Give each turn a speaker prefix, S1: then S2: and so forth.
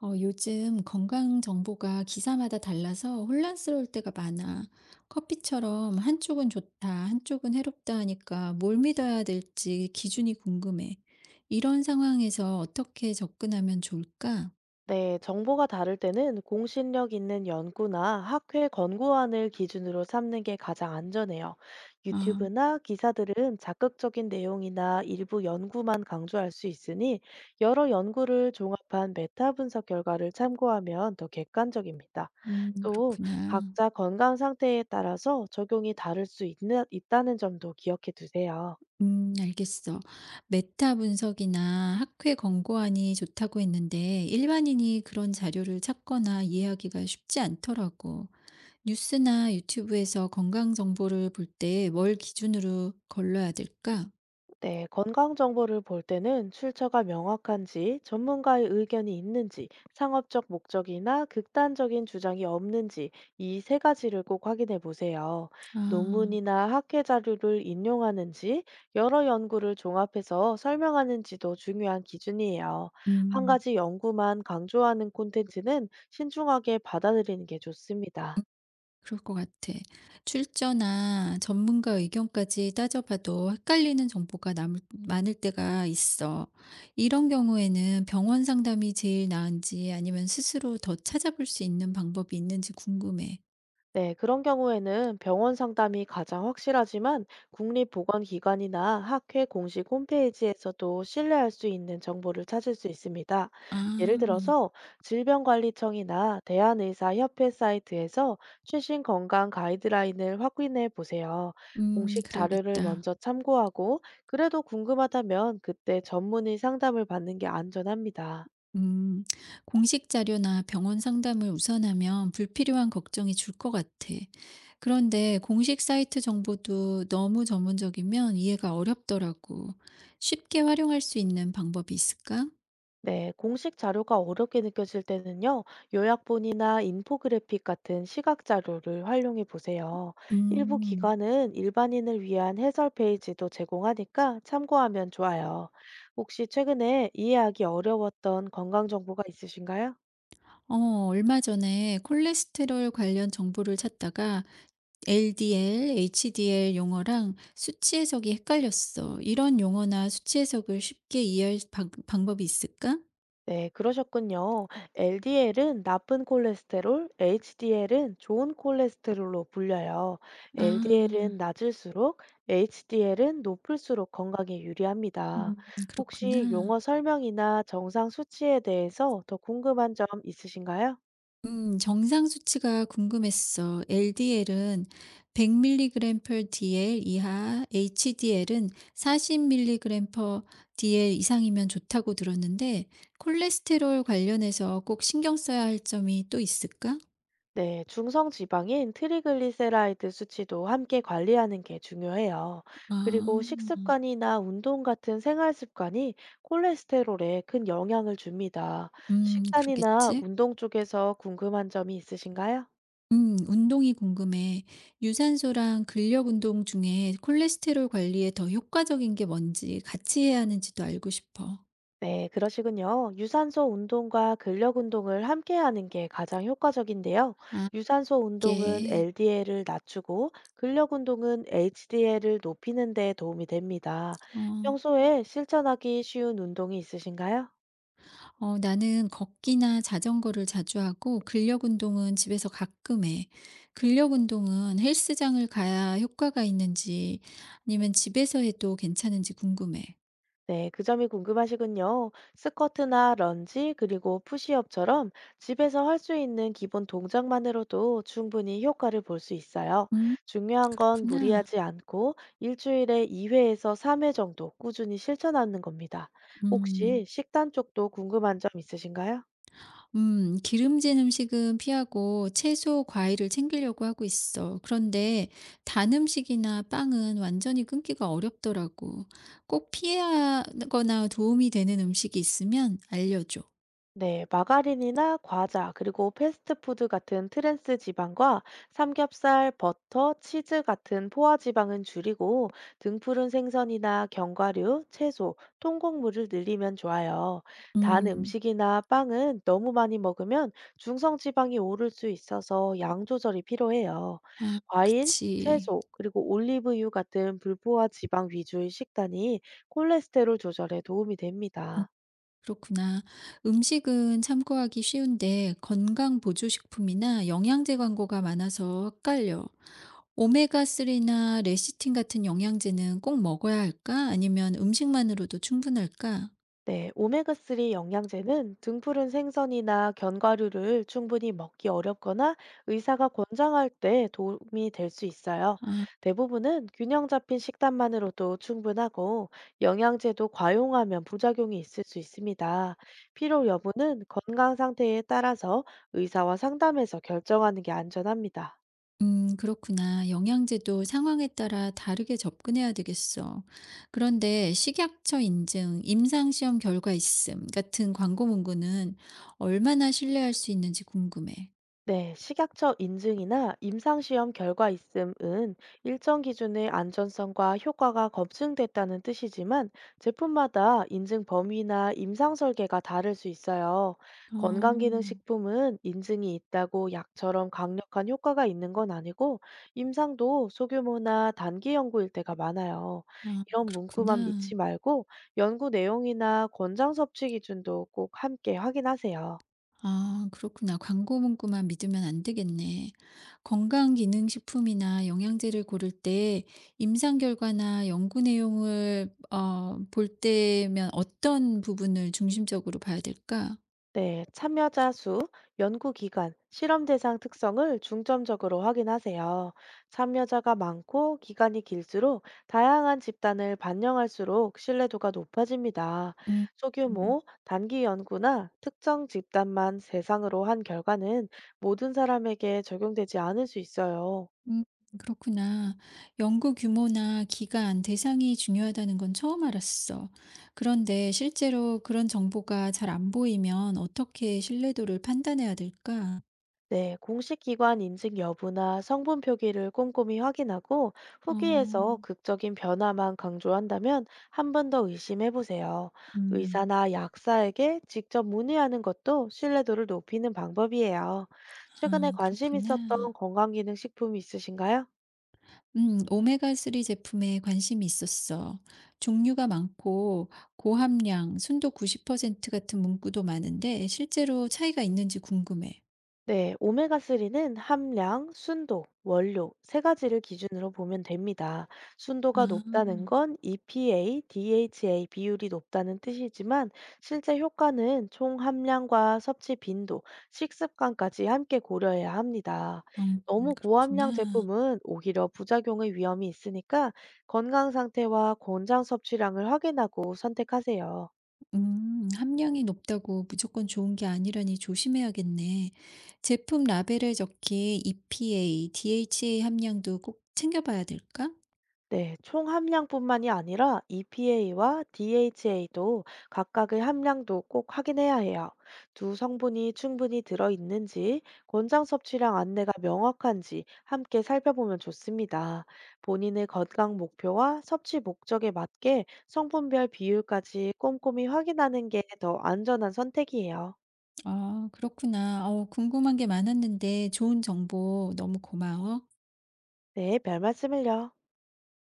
S1: 요즘 건강 정보가 기사마다 달라서 혼란스러울 때가 많아. 커피처럼 한쪽은 좋다, 한쪽은 해롭다 하니까 뭘 믿어야 될지 기준이 궁금해. 이런 상황에서 어떻게 접근하면 좋을까?
S2: 네, 정보가 다를 때는 공신력 있는 연구나 학회 권고안을 기준으로 삼는 게 가장 안전해요.
S1: 아.
S2: 유튜브나 기사들은 자극적인 내용이나 일부 연구만 강조할 수 있으니 여러 연구를 종합한 메타 분석 결과를 참고하면 더 객관적입니다. 또
S1: 그렇구나.
S2: 각자 건강 상태에 따라서 적용이 있다는 점도 기억해 두세요.
S1: 알겠어. 메타 분석이나 학회 권고안이 좋다고 했는데 일반인이 그런 자료를 찾거나 이해하기가 쉽지 않더라고. 뉴스나 유튜브에서 건강 정보를 볼 때 뭘 기준으로 걸러야 될까?
S2: 네, 건강 정보를 볼 때는 출처가 명확한지, 전문가의 의견이 있는지, 상업적 목적이나 극단적인 주장이 없는지 이 세 가지를 꼭 확인해 보세요.
S1: 아.
S2: 논문이나 학회 자료를 인용하는지, 여러 연구를 종합해서 설명하는지도 중요한 기준이에요. 한
S1: 음,
S2: 가지 연구만 강조하는 콘텐츠는 신중하게 받아들이는 게 좋습니다.
S1: 그럴 것 같아. 출처나 전문가 의견까지 따져봐도 헷갈리는 정보가 많을 때가 있어. 이런 경우에는 병원 상담이 제일 나은지 아니면 스스로 더 찾아볼 수 있는 방법이 있는지 궁금해.
S2: 네, 그런 경우에는 병원 상담이 가장 확실하지만 국립보건기관이나 학회 공식 홈페이지에서도 신뢰할 수 있는 정보를 찾을 수 있습니다.
S1: 아.
S2: 예를 들어서 질병관리청이나 대한의사협회 사이트에서 최신 건강 가이드라인을 확인해 보세요. 공식 자료를
S1: 그래야겠다.
S2: 먼저 참고하고 그래도 궁금하다면 그때 전문의 상담을 받는 게 안전합니다.
S1: 음, 공식 자료나 병원 상담을 우선하면 불필요한 걱정이 줄 것 같아. 그런데 공식 사이트 정보도 너무 전문적이면 이해가 어렵더라고. 쉽게 활용할 수 있는 방법이 있을까?
S2: 네, 공식 자료가 어렵게 느껴질 때는요, 요약본이나 인포그래픽 같은 시각 자료를 활용해 보세요. 일부
S1: 음,
S2: 기관은 일반인을 위한 해설 페이지도 제공하니까 참고하면 좋아요. 혹시 최근에 이해하기 어려웠던 건강 정보가 있으신가요?
S1: 얼마 전에 콜레스테롤 관련 정보를 찾다가 LDL, HDL 용어랑 수치 해석이 헷갈렸어. 이런 용어나 수치 해석을 쉽게 이해할 방법이 있을까?
S2: 네, 그러셨군요. LDL은 나쁜 콜레스테롤, HDL은 좋은 콜레스테롤로 불려요. LDL은
S1: 아.
S2: 낮을수록, HDL은 높을수록 건강에 유리합니다.
S1: 음
S2: 혹시 용어
S1: 그렇구나.
S2: 설명이나 정상 수치에 대해서 더 궁금한 점 있으신가요?
S1: 정상 수치가 궁금했어. LDL은 100 m 램 g per dl 이하, HDL은 40 m i l l g per dl 이상이면 좋다고 들었는데 콜레스테롤 관련해서 꼭 신경 써야 할 점이 또 있을까?
S2: 네, 중성 지방인 트리글리세라이드 수치도 함께 관리하는 게 중요해요.
S1: 아.
S2: 그리고 식습관이나 운동 같은 생활 습관이 콜레스테롤에 큰 영향을 줍니다. 식단이나
S1: 그러겠지.
S2: 운동 쪽에서 궁금한 점이 있으신가요?
S1: 운동이 궁금해. 유산소랑 근력 운동 중에 콜레스테롤 관리에 더 효과적인 게 뭔지 같이 해야 하는지도 알고 싶어.
S2: 네, 그러시군요. 유산소 운동과 근력 운동을 함께 하는 게 가장 효과적인데요.
S1: 아.
S2: 유산소 운동은
S1: 게
S2: LDL을 낮추고 근력 운동은 HDL을 높이는 데 도움이 됩니다.
S1: 어.
S2: 평소에 실천하기 쉬운 운동이 있으신가요?
S1: 어 나는 걷기나 자전거를 자주 하고 근력 운동은 집에서 가끔 해. 근력 운동은 헬스장을 가야 효과가 있는지 아니면 집에서 해도 괜찮은지 궁금해.
S2: 네, 그 점이 궁금하시군요. 스쿼트나 런지, 그리고 푸시업처럼 집에서 할 수 있는 기본 동작만으로도 충분히 효과를 볼 수 있어요.
S1: 음.
S2: 중요한 건
S1: 그렇구나.
S2: 무리하지 않고 일주일에 2회에서 3회 정도 꾸준히 실천하는 겁니다. 혹시
S1: 음.
S2: 식단 쪽도 궁금한 점 있으신가요?
S1: 기름진 음식은 피하고 채소, 과일을 챙기려고 하고 있어. 그런데 단 음식이나 빵은 완전히 끊기가 어렵더라고. 꼭 피하거나 도움이 되는 음식이 있으면 알려줘.
S2: 네, 마가린이나 과자, 그리고 패스트푸드 같은 트랜스 지방과 삼겹살, 버터, 치즈 같은 포화 지방은 줄이고 등푸른 생선이나 견과류, 채소, 통곡물을 늘리면 좋아요. 단
S1: 음.
S2: 음식이나 빵은 너무 많이 먹으면 중성 지방이 오를 수 있어서 양 조절이 필요해요.
S1: 아
S2: 과일,
S1: 그치.
S2: 채소, 그리고 올리브유 같은 불포화 지방 위주의 식단이 콜레스테롤 조절에 도움이
S1: 음
S2: 됩니다.
S1: 그렇구나. 음식은 참고하기 쉬운데 건강 보조식품이나 영양제 광고가 많아서 헷갈려. 오메가3나 레시틴 같은 영양제는 꼭 먹어야 할까? 아니면 음식만으로도 충분할까?
S2: 네, 오메가3 영양제는 등푸른 생선이나 견과류를 충분히 먹기 어렵거나 의사가 권장할 때 도움이 될 수 있어요.
S1: 아
S2: 대부분은 균형 잡힌 식단만으로도 충분하고 영양제도 과용하면 부작용이 있을 수 있습니다. 피로 여부는 건강 상태에 따라서 의사와 상담해서 결정하는 게 안전합니다.
S1: 그렇구나. 영양제도 상황에 따라 다르게 접근해야 되겠어. 그런데 식약처 인증, 임상시험 결과 있음 같은 광고 문구는 얼마나 신뢰할 수 있는지 궁금해.
S2: 네, 식약처 인증이나 임상시험 결과 있음은 일정 기준의 안전성과 효과가 검증됐다는 뜻이지만 제품마다 인증 범위나 임상 설계가 다를 수 있어요.
S1: 어.
S2: 건강기능식품은 인증이 있다고 약처럼 강력한 효과가 있는 건 아니고 임상도 소규모나 단기 연구일 때가 많아요.
S1: 아
S2: 이런 문구만 믿지
S1: 그렇구나.
S2: 말고 연구 내용이나 권장 섭취 기준도 꼭 함께 확인하세요.
S1: 아 그렇구나. 광고 문구만 믿으면 안 되겠네. 건강기능식품이나 영양제를 고를 때 임상 결과나 연구 내용을 볼 때면 어떤 부분을 중심적으로 봐야 될까?
S2: 네, 참여자 수, 연구 기간, 실험 대상 특성을 중점적으로 확인하세요. 참여자가 많고 기간이 길수록 다양한 집단을 반영할수록 신뢰도가 높아집니다.
S1: 음.
S2: 소규모,
S1: 음.
S2: 단기 연구나 특정 집단만 대상으로 한 결과는 모든 사람에게 적용되지 않을 수 있어요.
S1: 음 그렇구나. 연구 규모나 기간, 대상이 중요하다는 건 처음 알았어. 그런데 실제로 그런 정보가 잘 안 보이면 어떻게 신뢰도를 판단해야 될까?
S2: 네, 공식 기관 인증 여부나 성분 표기를 꼼꼼히 확인하고
S1: 어.
S2: 후기에서 극적인 변화만 강조한다면 한 번 더 의심해 보세요.
S1: 음.
S2: 의사나 약사에게 직접 문의하는 것도 신뢰도를 높이는 방법이에요. 최근에
S1: 아
S2: 관심 있었던
S1: 그렇구나.
S2: 건강기능식품이 있으신가요?
S1: 오메가3 제품에 관심이 있었어. 종류가 많고 고함량, 순도 90% 같은 문구도 많은데 실제로 차이가 있는지 궁금해.
S2: 네, 오메가3는 함량, 순도, 원료 세 가지를 기준으로 보면 됩니다. 순도가
S1: 아.
S2: 높다는 건 EPA, DHA 비율이 높다는 뜻이지만 실제 효과는 총 함량과 섭취 빈도, 식습관까지 함께 고려해야 합니다. 너무 고함량
S1: 그렇구나.
S2: 제품은 오히려 부작용의 위험이 있으니까 건강 상태와 권장 섭취량을 확인하고 선택하세요.
S1: 함량이 높다고 무조건 좋은 게 아니라니 조심해야겠네. 제품 라벨에 적힌 EPA, DHA 함량도 꼭 챙겨 봐야 될까?
S2: 네, 총 함량뿐만이 아니라 EPA와 DHA도 각각의 함량도 꼭 확인해야 해요. 두 성분이 충분히 들어있는지, 권장 섭취량 안내가 명확한지 함께 살펴보면 좋습니다. 본인의 건강 목표와 섭취 목적에 맞게 성분별 비율까지 꼼꼼히 확인하는 게 더 안전한 선택이에요.
S1: 아 그렇구나. 궁금한 게 많았는데 좋은 정보 너무 고마워.
S2: 네, 별 말씀을요.